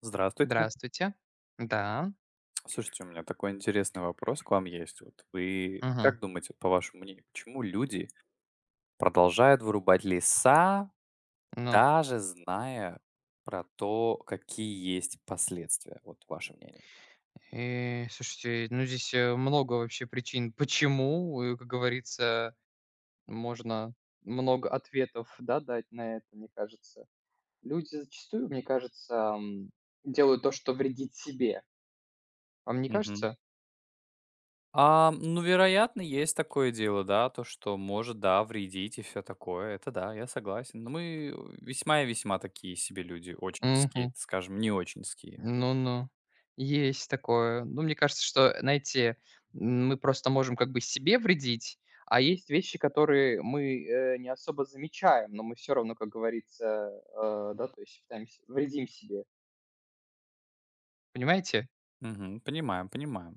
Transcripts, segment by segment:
Здравствуйте. Здравствуйте. Да. Слушайте, у меня такой интересный вопрос к вам есть. Вот вы Мгм. как думаете, по вашему мнению, почему люди продолжают вырубать леса, Ну, даже зная про то, какие есть последствия? Вот ваше мнение. и слушайте, ну здесь, много вообще причин, почему, и, как говорится, можно много ответов, да, дать на это, мне кажется. Люди зачастую, мне кажется, делают то, что вредит себе. Вам не Мгм. кажется? Ну, вероятно, есть такое дело, да, то, что может, да, вредить и все такое. Это да, я согласен. Но мы весьма и весьма такие себе люди, очень ские, Мгм. скажем, не очень ские. Ну-ну, есть такое. Ну, мне кажется, что, знаете, мы просто можем как бы себе вредить, а есть вещи, которые мы, не особо замечаем, но мы все равно, как говорится, да, то есть пытаемся вредим себе. Понимаете? Мгм. Понимаем, понимаем.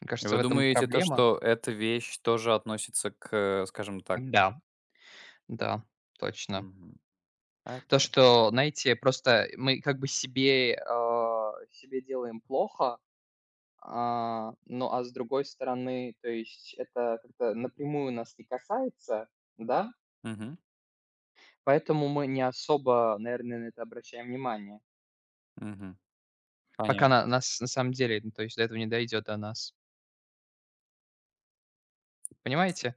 Мне кажется, Вы в этом думаете, то, проблема. что эта вещь тоже относится к, скажем так. Да, да, точно. Мгм. То, Окей. что, знаете, просто мы как бы себе, себе делаем плохо. А, ну, а с другой стороны, то есть это как-то напрямую нас не касается, да, Мгм, поэтому мы не особо, наверное, на это обращаем внимание. мгм. Понятно. Пока на нас на самом деле, ну, то есть до этого не дойдет до нас. Понимаете?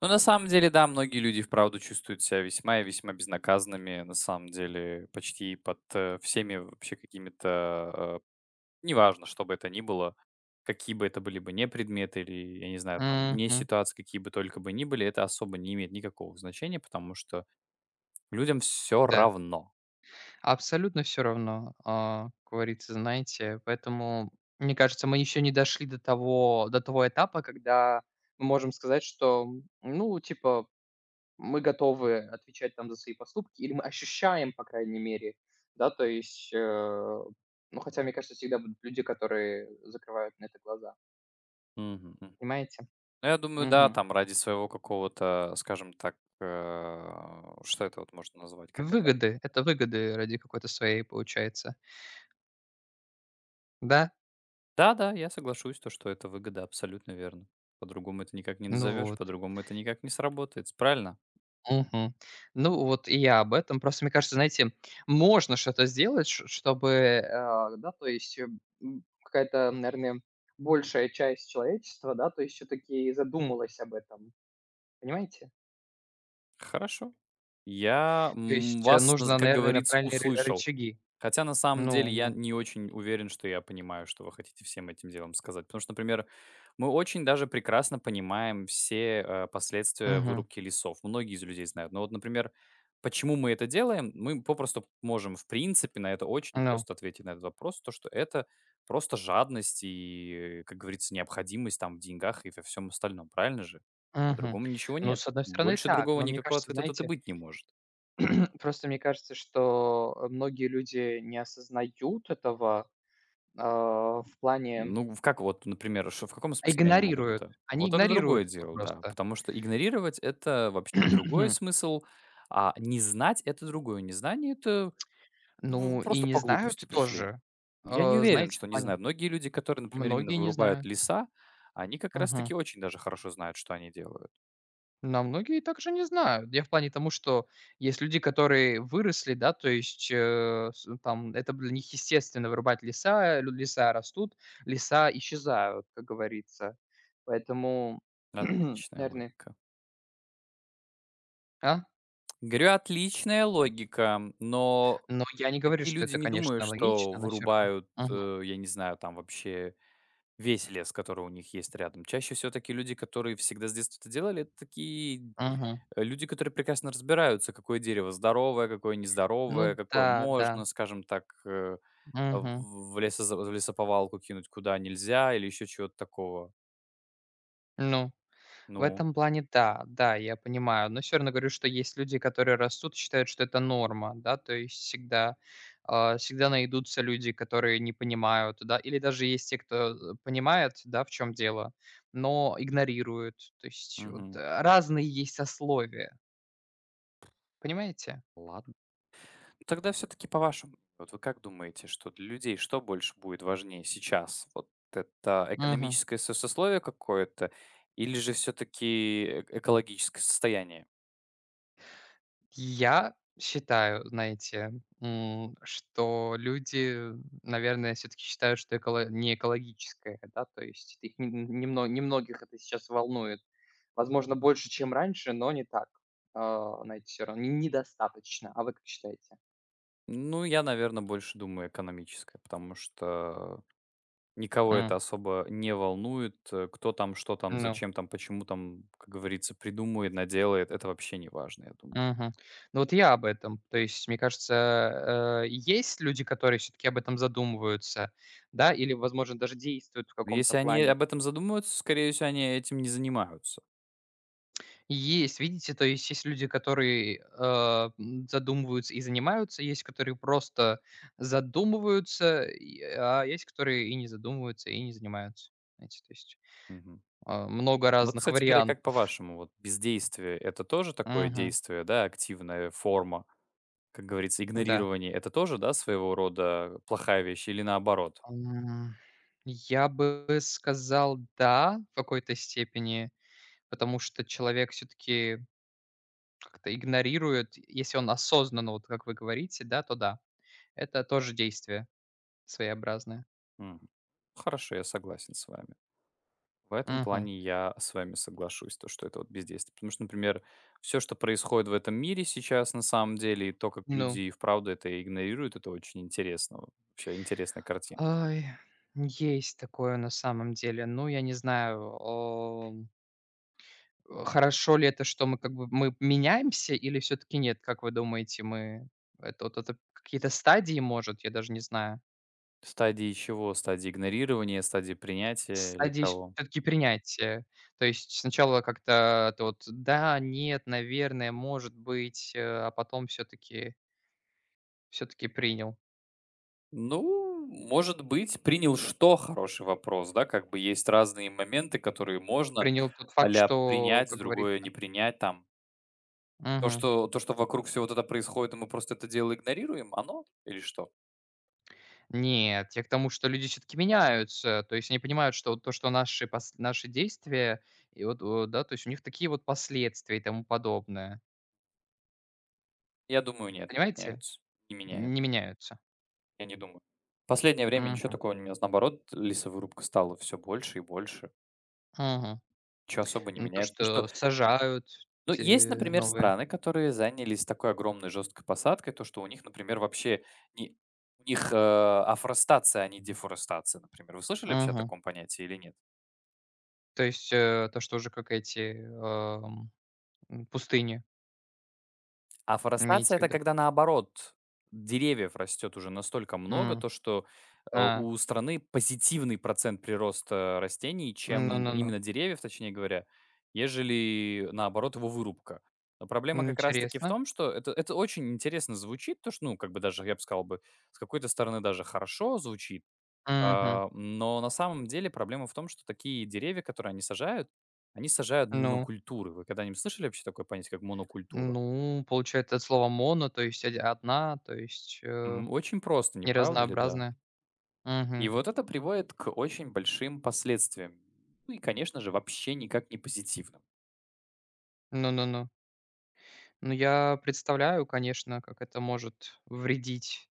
Ну, на самом деле, да, многие люди вправду чувствуют себя весьма и весьма безнаказанными, на самом деле, почти под, всеми вообще какими-то, неважно, что бы это ни было, какие бы это были бы не предметы или, я не знаю, там, не Мгм. ситуации, какие бы только бы ни были, это особо не имеет никакого значения, потому что людям все Да. равно. Абсолютно все равно, как говорится, знаете. Поэтому, мне кажется, мы еще не дошли до того этапа, когда мы можем сказать, что, ну, типа мы готовы отвечать там за свои поступки, или мы ощущаем, по крайней мере, да, то есть, ну, хотя, мне кажется, всегда будут люди, которые закрывают на это глаза, Мгм. понимаете? Ну, я думаю, да, Мгм. там ради своего какого-то, скажем так, что это вот можно назвать, как это? Выгоды, это выгоды ради какой-то своей получается, да? Да-да, я соглашусь, то, что это выгода, абсолютно верно. По-другому это никак не Ну назовешь, вот, по-другому это никак не сработает, правильно? мгм. Ну вот и я об этом. Просто мне кажется, знаете, можно что-то сделать, чтобы, да, то есть какая-то, наверное, большая часть человечества, да, то есть все-таки задумалась об этом, понимаете? Хорошо. Я, То м, есть, вас, наз нужно, как наверное, на говорится, правильные ры услышал. рычаги. Хотя на самом деле Ну я ну, не очень уверен, что я понимаю, что вы хотите всем этим делом сказать. Потому что, например, мы очень даже прекрасно понимаем все, последствия мгм, вырубки лесов. Многие из людей знают. Но вот, например, почему мы это делаем? Мы попросту можем, в принципе, на это очень ну, просто ответить на этот вопрос. То, что это просто жадность и, как говорится, необходимость там в деньгах и во всем остальном. Правильно же? мгм. По-другому ничего Ну, нет. с одной стороны, Больше так, другого но мне никакого кажется, ответа тут и знаете, быть не может. просто мне кажется, что, многие люди не осознают этого, в плане Ну, в как вот, например, что в каком а смысле они могут игнорируют. это? Они Вот это другое игнорируют это дело, да. просто. Потому что игнорировать — это вообще другой смысл, а не знать — это другое. Незнание — это в Ну, и просто не по глупости знают пришли. тоже. Я не Э, уверен, знаете, что в не плане знаю. Многие люди, которые, например, именно многие не вырубают знают. леса, они как раз Мгм. таки очень даже хорошо знают, что они делают. Но многие также не знают. Я в плане тому, что есть люди, которые выросли, да, то есть, с там это для них естественно вырубать леса, лю леса растут, леса исчезают, как говорится. Поэтому, Отличная наверное. логика. А? Говорю, отличная логика, но Но я не говорю, такие что люди, это, не думаю, конечно, что логично, но все равно. вырубают, Мгм, я не знаю, там вообще весь лес, который у них есть рядом. Чаще всего такие люди, которые всегда с детства это делали, это такие мгм. Люди, которые прекрасно разбираются, какое дерево здоровое, какое нездоровое, Ну какое да, да. можно, скажем так, э, Мгм. в в лесозав в лесоповалку кинуть, куда нельзя или еще чего-то такого. Ну. В Ну, этом плане да, да, я понимаю. Но все равно говорю, что есть люди, которые растут и считают, что это норма, да. То есть всегда найдутся люди, которые не понимают, да. Или даже есть те, кто, понимает, да, в чем дело, но игнорируют. То есть вот мгм. Разные есть сословия, понимаете? Ладно. Тогда все-таки по-вашему, вот вы как думаете, что для людей, что больше будет важнее сейчас? Вот это экономическое сословие какое-то или же все-таки экологическое состояние? Я считаю, знаете, что люди, наверное, все таки считают, что эколо не экологическое, да, то есть это их немногих это сейчас волнует. Возможно, больше, чем раньше, но не так. А, знаете, все равно недостаточно. А вы как считаете? Ну, я, наверное, больше думаю экономическое, потому что никого это М, особо не волнует. Кто там, что там, ну, зачем там, почему там, как говорится, придумает, наделает, это вообще не важно, я думаю. мгм. Ну вот я об этом. То есть, мне кажется, есть люди, которые все таки об этом задумываются, да, или, возможно, даже действуют в каком-то Если они плане. об этом задумываются, скорее всего, они этим не занимаются. Есть, видите, то есть есть люди, которые, задумываются и занимаются, есть, которые просто задумываются, а есть, которые и не задумываются, и не занимаются. Знаете, то есть, много Вот, разных кстати говоря, как вариантов. по-вашему, вот бездействие — это тоже такое Мгм. действие, да, активная форма, как говорится, Да. игнорирование — это тоже, да, своего рода плохая вещь или наоборот? М, я бы сказал, да, в какой-то степени, потому что человек все-таки как-то игнорирует, если он осознанно, вот как вы говорите, да, то да. Это тоже действие своеобразное. Мгм. Хорошо, я согласен с вами. В этом Мгм. плане я с вами соглашусь, то, что это вот бездействие. Потому что, например, все, что происходит в этом мире сейчас на самом деле, и то, как люди Ну. и вправду это игнорируют, это очень интересно. Вообще интересная картина. Ай, есть такое на самом деле. Ну, я не знаю, хорошо ли это, что мы как бы мы меняемся или все таки нет? Как вы думаете, мы вот это какие-то стадии, может, я даже не знаю. Стадии чего? Стадии игнорирования, стадии принятия или Стадии все кого? таки принятия. То есть сначала как-то ты вот: "Да, нет, наверное, может быть", а потом все таки принял. Ну, может быть, принял что — хороший вопрос, да, как бы есть разные моменты, которые можно Принял тот факт, а-ля что, принять, как другое не говорится. принять там. Мгм. То, что вокруг всего вот это происходит, и мы просто это дело игнорируем, оно или что? Нет, я к тому, что люди все таки меняются. То есть они понимают, что вот то, что наши действия, и вот, да, то есть у них такие вот последствия и тому подобное. Я думаю, нет, Понимаете? меняются. Не меняют, Не меняются. я не думаю. Последнее время ничего Мгм, такого не менялось. Наоборот, лесовырубка стала все больше и больше. мгм. Ничего особо не Ну, то, меняется. Потому что что, сажают ну, те есть, например, новые. страны, которые занялись такой огромной жесткой посадкой, то, что у них, например, вообще не у них афростация, а не дефорестация, например. Вы слышали вообще о Мгм. таком понятии или нет? То есть, то, что уже как эти, пустыни, А имеете форастация — в это виду? когда, наоборот, деревьев растет уже настолько много, М, то что, а, у страны позитивный процент прироста растений, ну чем ну ну. именно деревьев, точнее говоря, ежели, наоборот, его вырубка. Но проблема как раз таки в Интересно. том, что это очень интересно звучит, то что, ну, как бы даже, я бы сказал бы, с какой-то стороны даже хорошо звучит, Мгм. Но на самом деле проблема в том, что такие деревья, которые они сажают Ну. монокультуры. Вы когда-нибудь слышали вообще такое понятие, как монокультура? Ну, получается, от слова "моно", то есть од одна, то есть, Мгм. Очень просто, не не. правда ли, да? Мгм. И вот это приводит к очень большим последствиям. Ну и, конечно же, вообще никак не позитивным. Ну-ну-ну. Ну, я представляю, конечно, как это может вредить,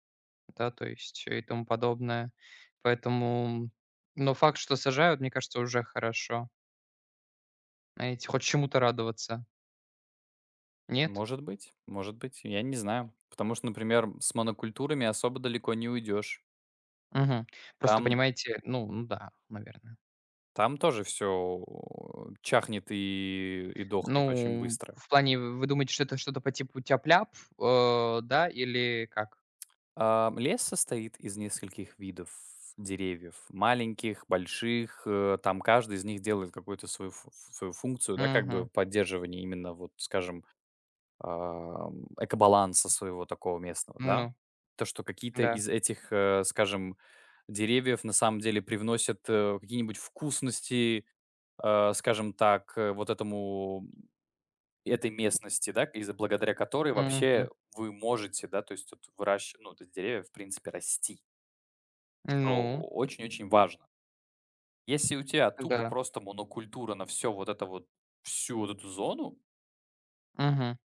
да, то есть и тому подобное. Поэтому, но факт, что сажают, мне кажется, уже хорошо. Знаете, хоть чему-то радоваться. Нет? Может быть, я не знаю. Потому что, например, с монокультурами особо далеко не уйдешь. Мгм. Просто Там, понимаете, ну ну да, наверное. там тоже все чахнет и дохнет очень Ну, быстро. в плане, вы думаете, что это что-то по типу тяп-ляп, да, или как? А, лес состоит из нескольких видов деревьев. Маленьких, больших. Там каждый из них делает какую-то свою, свою функцию, да, как бы Мгм. поддерживания именно, вот, скажем, экобаланса своего такого местного, да. Ну. То, что какие-то Да. из этих, скажем, деревьев на самом деле привносят, какие-нибудь вкусности, скажем так, вот этому этой местности, да, из-за благодаря которой Мгм. вообще вы можете, да, то есть вот выращ ну, то есть деревья, в принципе, расти, что Ну очень-очень важно. Если у тебя тупо да. просто монокультура на все вот это вот, всю вот эту зону, Мгм.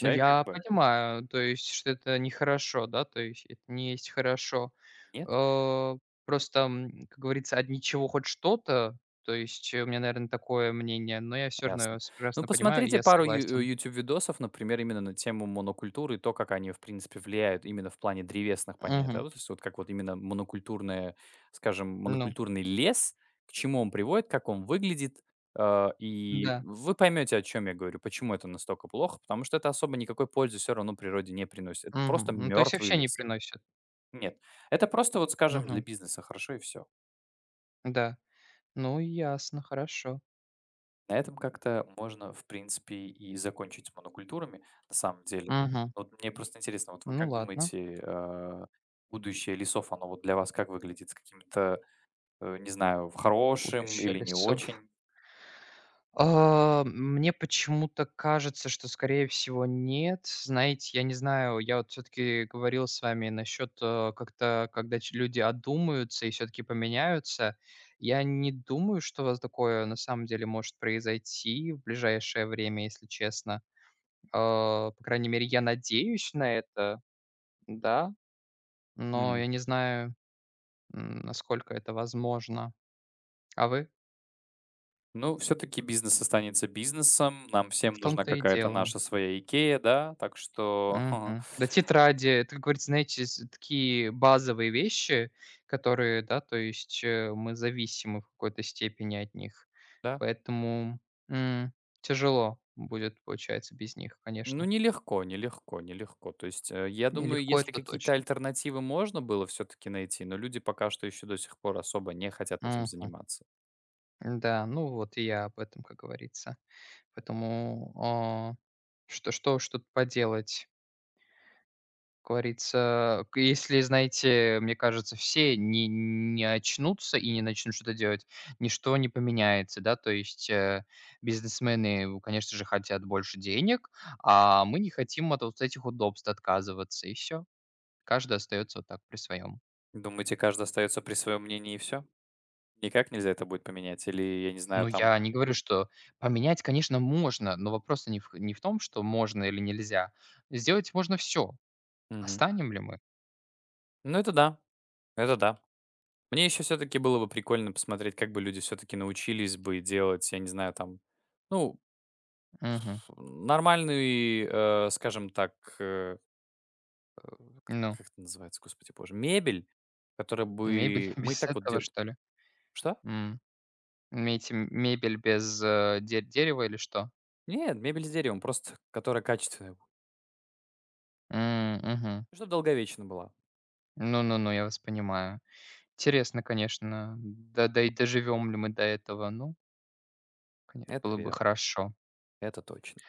Ну, как я бы. понимаю, то есть, что это нехорошо, да, то есть это не есть хорошо. Нет. Э, просто, как говорится, от ничего хоть что-то. То есть у меня, наверное, такое мнение, но я все равно Ясно. вас Ну, прекрасно понимаю, и посмотрите я пару согласен. Видосов, например, именно на тему монокультуры и то, как они, в принципе, влияют именно в плане древесных понятий. Да, Мгм. вот, то есть вот как вот именно монокультурное, скажем, Ну монокультурный лес, к чему он приводит, как он выглядит. И да. вы поймете, о чем я говорю, почему это настолько плохо, потому что это особо никакой пользы все равно природе не приносит. Это просто Мгм. Ну, то есть мертвый вообще не лес. приносит. Нет, это просто вот, скажем, для Мгм. бизнеса хорошо и все. Да. Ну, ясно, хорошо. На этом как-то можно, в принципе, и закончить с монокультурами, на самом деле. Мгм. Вот мне просто интересно, вот вы Ну как ладно. думаете, будущее лесов, оно вот для вас как выглядит? С каким-то, не знаю, хорошим Будущее или не лицо. очень? А, мне почему-то кажется, что, скорее всего, нет. Знаете, я не знаю, я вот все-таки говорил с вами насчет как-то, когда люди одумаются и все-таки поменяются. Я не думаю, что у вас такое на самом деле может произойти в ближайшее время, если честно. А, по крайней мере, я надеюсь на это, да, но Мгм. я не знаю, насколько это возможно. А вы? Ну, все-таки бизнес останется бизнесом, нам всем В нужна том-то и какая-то дело. наша своя Икея, да? Так что, Мгм. Да, тетради. Это, как говорится, знаете, с такие базовые вещи, которые, да, то есть, мы зависимы в какой-то степени от них. да. Поэтому, м, тяжело будет, получается, без них, Ну, конечно. нелегко, нелегко, нелегко. То есть, я думаю, Нелегко, если это какие-то точно. альтернативы можно было все-таки найти, но люди пока что еще до сих пор особо не хотят этим Мгм. заниматься. Да, ну вот и я об этом, как говорится. Поэтому, что ж тут поделать? Как говорится, к если, знаете, мне кажется, все не очнутся и не начнут что-то делать, ничто не поменяется, да. То есть, бизнесмены, у конечно же, хотят больше денег, а мы не хотим от вот этих удобств отказываться, и все. Каждый остается вот так при своем. Думаете, каждый остается при своем мнении и все? Никак нельзя это будет поменять? Или, я не знаю, Ну, там... я не говорю, что поменять, конечно, можно, но вопрос не в том, что можно или нельзя. Сделать можно все. Мгм. А ли мы? Ну, это да, это да. Мне еще все-таки было бы прикольно посмотреть, как бы люди все-таки научились бы делать, я не знаю, там, ну, Мгм. Нормальный, скажем так, э, М, к Ну, как это называется, господи боже? Мебель, которая мебель бы мы и без так вот этого, делали? что ли? Что? М. Имеете мебель без, де дерева или что? Нет, мебель с деревом, просто которая качественная, ну, М, мгм. чтоб долговечна была. Ну-ну-ну, я вас понимаю. Интересно, конечно, да да и доживем ли мы до этого? Ну, конечно, Это было бы верно, хорошо. это точно.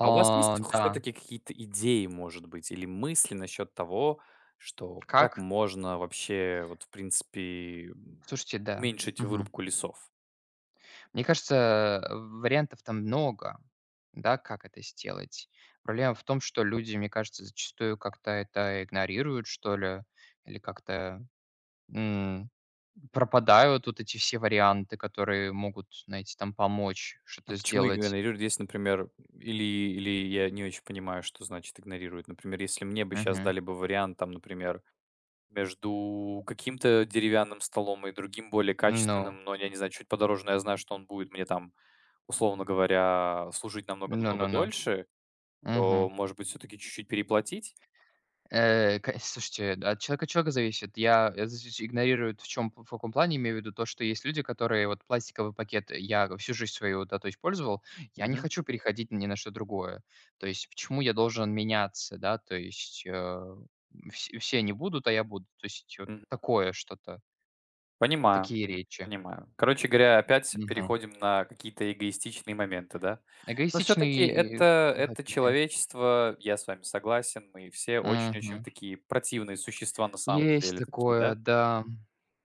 А у вас А, есть да. все таки какие-то идеи, может быть, или мысли насчет того, что как Как? можно вообще вот, в принципе, Слушайте, да. уменьшить Мгм. вырубку лесов? Мне кажется, вариантов там много, да, как это сделать. Проблема в том, что люди, мне кажется, зачастую как-то это игнорируют, что ли, или как-то, пропадают вот эти все варианты, которые могут, знаете, там помочь А что-то почему сделать. игнорируют, если, например, или или я не очень понимаю, что значит игнорируют. Например, если мне бы сейчас Мгм. дали бы вариант, там, например, между каким-то деревянным столом и другим, более Ну, качественным, но я не знаю, чуть подороже, но я знаю, что он будет мне там, условно говоря, служить намного-намного ну-ну-ну. дольше, то, Мгм. может быть, все-таки чуть-чуть переплатить? Э, ка слушайте, от человека человека зависит. Я здесь игнорирую, в чем, в каком плане имею в виду то, что есть люди, которые вот пластиковый пакет я всю жизнь свою, да, то использовал. Я не Мгм. хочу переходить ни на что другое. То есть почему я должен меняться, да, то есть, вс все не будут, а я буду. То есть вот Мгм. такое что-то, Понимаю, такие речи. понимаю. Короче говоря, опять переходим на какие-то эгоистичные моменты, да? Но Эгоистичный, все-таки и как не это хотите. человечество, я с вами согласен, мы все очень-очень Мгм. такие противные существа на самом Есть деле такие, такое, да? да.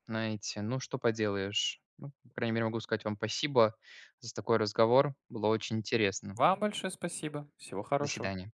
Знаете, ну что поделаешь. Ну, по крайней мере, могу сказать вам спасибо за такой разговор. Было очень интересно. Вам большое спасибо, всего До хорошего. свидания.